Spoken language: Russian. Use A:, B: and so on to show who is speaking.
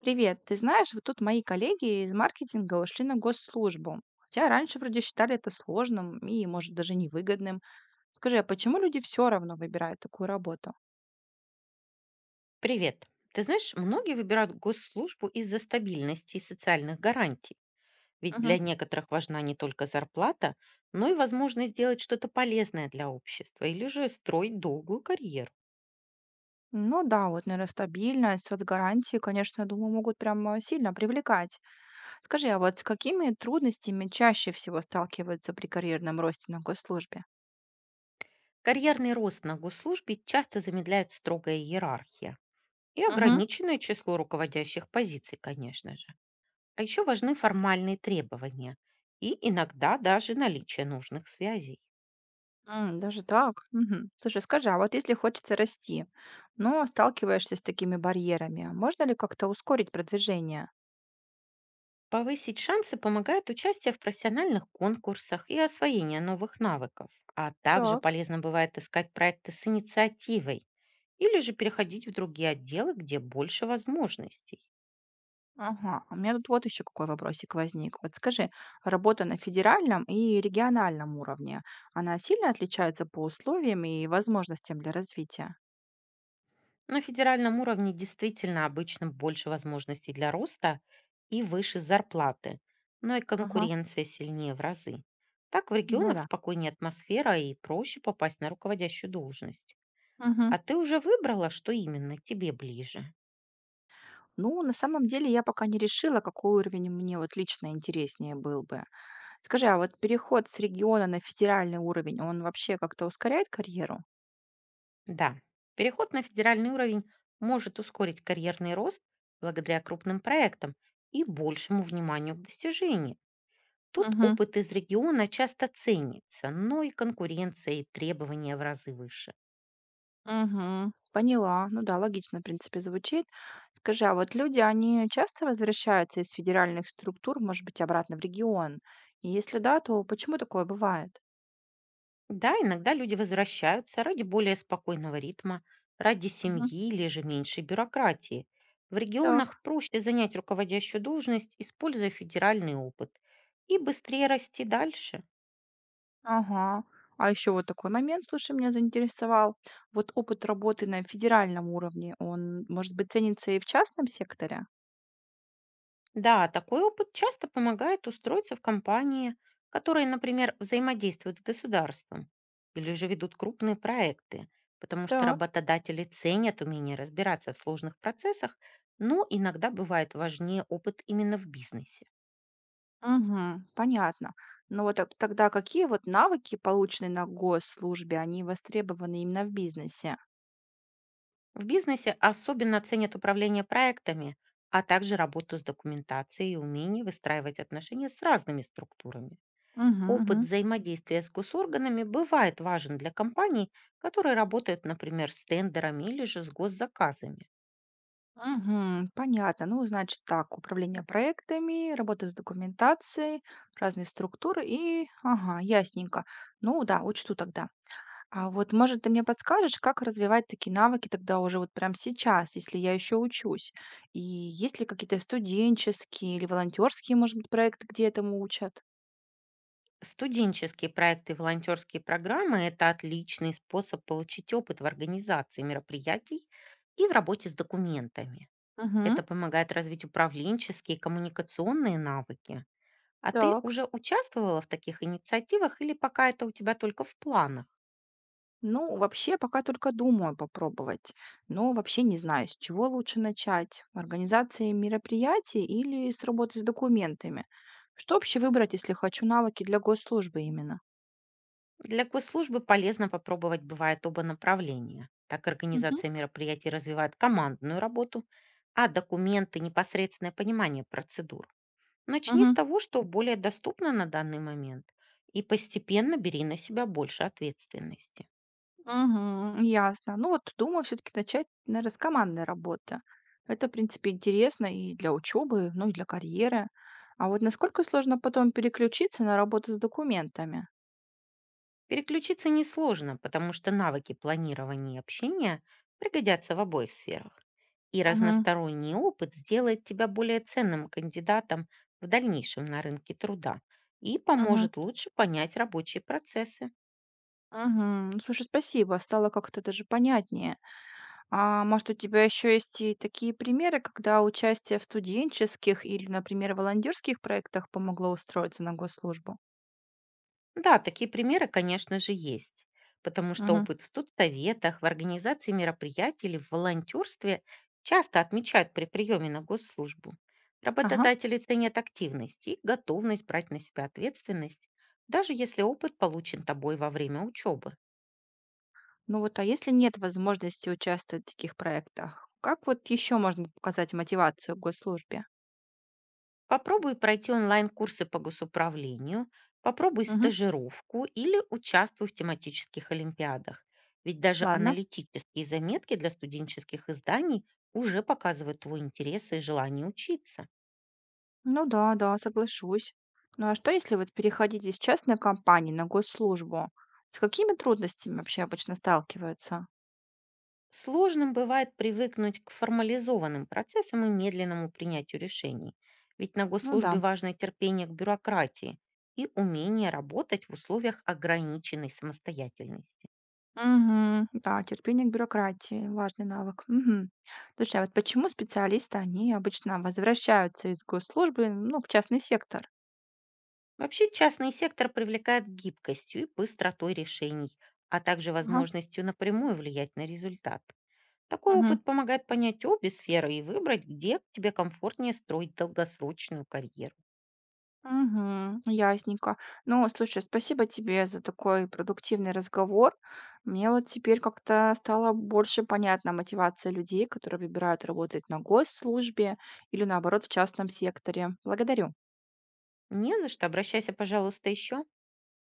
A: Привет, ты знаешь, вот тут мои коллеги из маркетинга ушли на госслужбу, хотя раньше вроде считали это сложным и, может, даже невыгодным. Скажи, а почему люди все равно выбирают такую работу?
B: Привет. Ты знаешь, многие выбирают госслужбу из-за стабильности и социальных гарантий. Ведь для
A: Мгм.
B: некоторых важна не только зарплата, но и возможность сделать что-то полезное для общества или же строить долгую карьеру.
A: Ну да, вот, наверное, стабильность, соцгарантии, конечно, я думаю, могут прямо сильно привлекать. Скажи, а вот с какими трудностями чаще всего сталкиваются при карьерном росте на госслужбе?
B: Карьерный рост на госслужбе часто замедляет строгая иерархия и
A: Мгм.
B: ограниченное число руководящих позиций, конечно же. А еще важны формальные требования и иногда даже наличие нужных связей.
A: М, даже так? Мгм. Слушай, скажи, а вот если хочется расти, но сталкиваешься с такими барьерами, можно ли как-то ускорить продвижение?
B: Повысить шансы помогает участие в профессиональных конкурсах и освоение новых навыков. А также
A: Так.
B: полезно бывает искать проекты с инициативой или же переходить в другие отделы, где больше возможностей.
A: Ага, а у меня тут вот еще какой вопросик возник. Вот скажи, работа на федеральном и региональном уровне, она сильно отличается по условиям и возможностям для развития?
B: На федеральном уровне действительно обычно больше возможностей для роста и выше зарплаты, но и
A: Ага,
B: конкуренция сильнее в разы. Так в
A: ну
B: регионах
A: да.
B: спокойнее атмосфера и проще попасть на руководящую должность.
A: Мгм.
B: А ты уже выбрала, что именно тебе ближе?
A: Ну, на самом деле я пока не решила, какой уровень мне вот лично интереснее был бы. Скажи, а вот переход с региона на федеральный уровень, он вообще как-то ускоряет карьеру?
B: Да, переход на федеральный уровень может ускорить карьерный рост благодаря крупным проектам и большему вниманию к достижению. Тут
A: Мгм.
B: опыт из региона часто ценится, но и конкуренция и требования в разы выше.
A: Мгм. Поняла. Ну да, логично, в принципе, звучит. Скажи, а вот люди, они часто возвращаются из федеральных структур, может быть, обратно в регион? И если да, то почему такое бывает?
B: Да, иногда люди возвращаются ради более спокойного ритма, ради
A: Мгм.
B: семьи или же меньшей бюрократии. В
A: Так,
B: регионах проще занять руководящую должность, используя федеральный опыт, и быстрее расти дальше.
A: ага. А еще вот такой момент, слушай, меня заинтересовал. Вот опыт работы на федеральном уровне, он, может быть, ценится и в частном секторе?
B: Да, такой опыт часто помогает устроиться в компании, которые, например, взаимодействуют с государством или же ведут крупные проекты, потому что
A: Так.
B: работодатели ценят умение разбираться в сложных процессах, но иногда бывает важнее опыт именно в бизнесе.
A: Мгм. Понятно. Но вот так тогда какие вот навыки, полученные на госслужбе, они востребованы именно в бизнесе?
B: В бизнесе особенно ценят управление проектами, а также работу с документацией и умение выстраивать отношения с разными структурами.
A: Мгм,
B: Опыт
A: мгм.
B: взаимодействия с госорганами бывает важен для компаний, которые работают, например, с тендерами или же с госзаказами.
A: Мгм. Понятно. Ну, значит так, управление проектами, работа с документацией, разные структуры и ага, ясненько. Ну да, учту тогда. А вот, может, ты мне подскажешь, как развивать такие навыки тогда уже вот прямо сейчас, если я еще учусь? И есть ли какие-то студенческие или волонтерские, может быть, проекты, где этому учат?
B: Студенческие проекты и волонтерские программы– это отличный способ получить опыт в организации мероприятий и в работе с документами.
A: Мгм.
B: Это помогает развить управленческие и коммуникационные навыки. А ты
A: Так.
B: уже участвовала в таких инициативах или пока это у тебя только в планах?
A: Ну, вообще, пока только думаю попробовать, но вообще не знаю, с чего лучше начать: организации мероприятий или с работы с документами? Что вообще выбрать, если хочу навыки для госслужбы именно?
B: Для госслужбы полезно попробовать, бывает, оба направления. Так
A: Мгм.
B: организация мероприятий развивает командную работу, а документы– непосредственное понимание процедур. Начни с
A: Мгм.
B: того, что более доступно на данный момент, и постепенно бери на себя больше ответственности.
A: Мгм. Ясно. Ну вот думаю все-таки начать, наверно, с командной работы. Это, в принципе, интересно и для учебы, ну и для карьеры. А вот насколько сложно потом переключиться на работу с документами?
B: Переключиться несложно, потому что навыки планирования и общения пригодятся в обоих сферах. И
A: Угу,
B: разносторонний опыт сделает тебя более ценным кандидатом в дальнейшем на рынке труда и
A: Мгм.
B: поможет лучше понять рабочие процессы.
A: Мгм. Слушай, спасибо, стало как-то даже понятнее. А может, у тебя еще есть и такие примеры, когда участие в студенческих или, например, волонтерских проектах помогло устроиться на госслужбу?
B: Да, такие примеры, конечно же, есть, потому что
A: Мгм.
B: опыт в студсоветах, в организации мероприятий или в волонтерстве часто отмечают при приеме на госслужбу.
A: Ага.
B: Работодатели ценят активность и готовность брать на себя ответственность, даже если опыт получен тобой во время учебы.
A: Ну вот, а если нет возможности участвовать в таких проектах, как вот еще можно показать мотивацию к госслужбе?
B: Попробуй пройти онлайн-курсы по госуправлению, попробуй
A: Мгм.
B: стажировку или участвуй в тематических олимпиадах. Ведь даже
A: Ладно.
B: аналитические заметки для студенческих изданий уже показывают твой интерес и желание учиться.
A: Ну да, да, соглашусь. Ну а что, если вот переходить из частной компании на госслужбу? С какими трудностями вообще обычно сталкиваются?
B: Сложным бывает привыкнуть к формализованным процессам и медленному принятию решений. Ведь на
A: Ну да.
B: госслужбе важно терпение к бюрократии и умение работать в условиях ограниченной самостоятельности.
A: Мгм. Да, терпение к бюрократии- важный навык. Мгм. Слушай, а вот почему специалисты, они обычно возвращаются из госслужбы, ну, в частный сектор?
B: Вообще частный сектор привлекает гибкостью и быстротой решений, а также
A: Ага.
B: возможностью напрямую влиять на результат. Такой
A: Мгм.
B: опыт помогает понять обе сферы и выбрать, где тебе комфортнее строить долгосрочную карьеру.
A: Мгм. Ясненько. Ну, слушай, спасибо тебе за такой продуктивный разговор. Мне вот теперь как-то стало больше понятна мотивация людей, которые выбирают работать на госслужбе или, наоборот, в частном секторе. Благодарю.
B: Не за что, обращайся, пожалуйста, еще.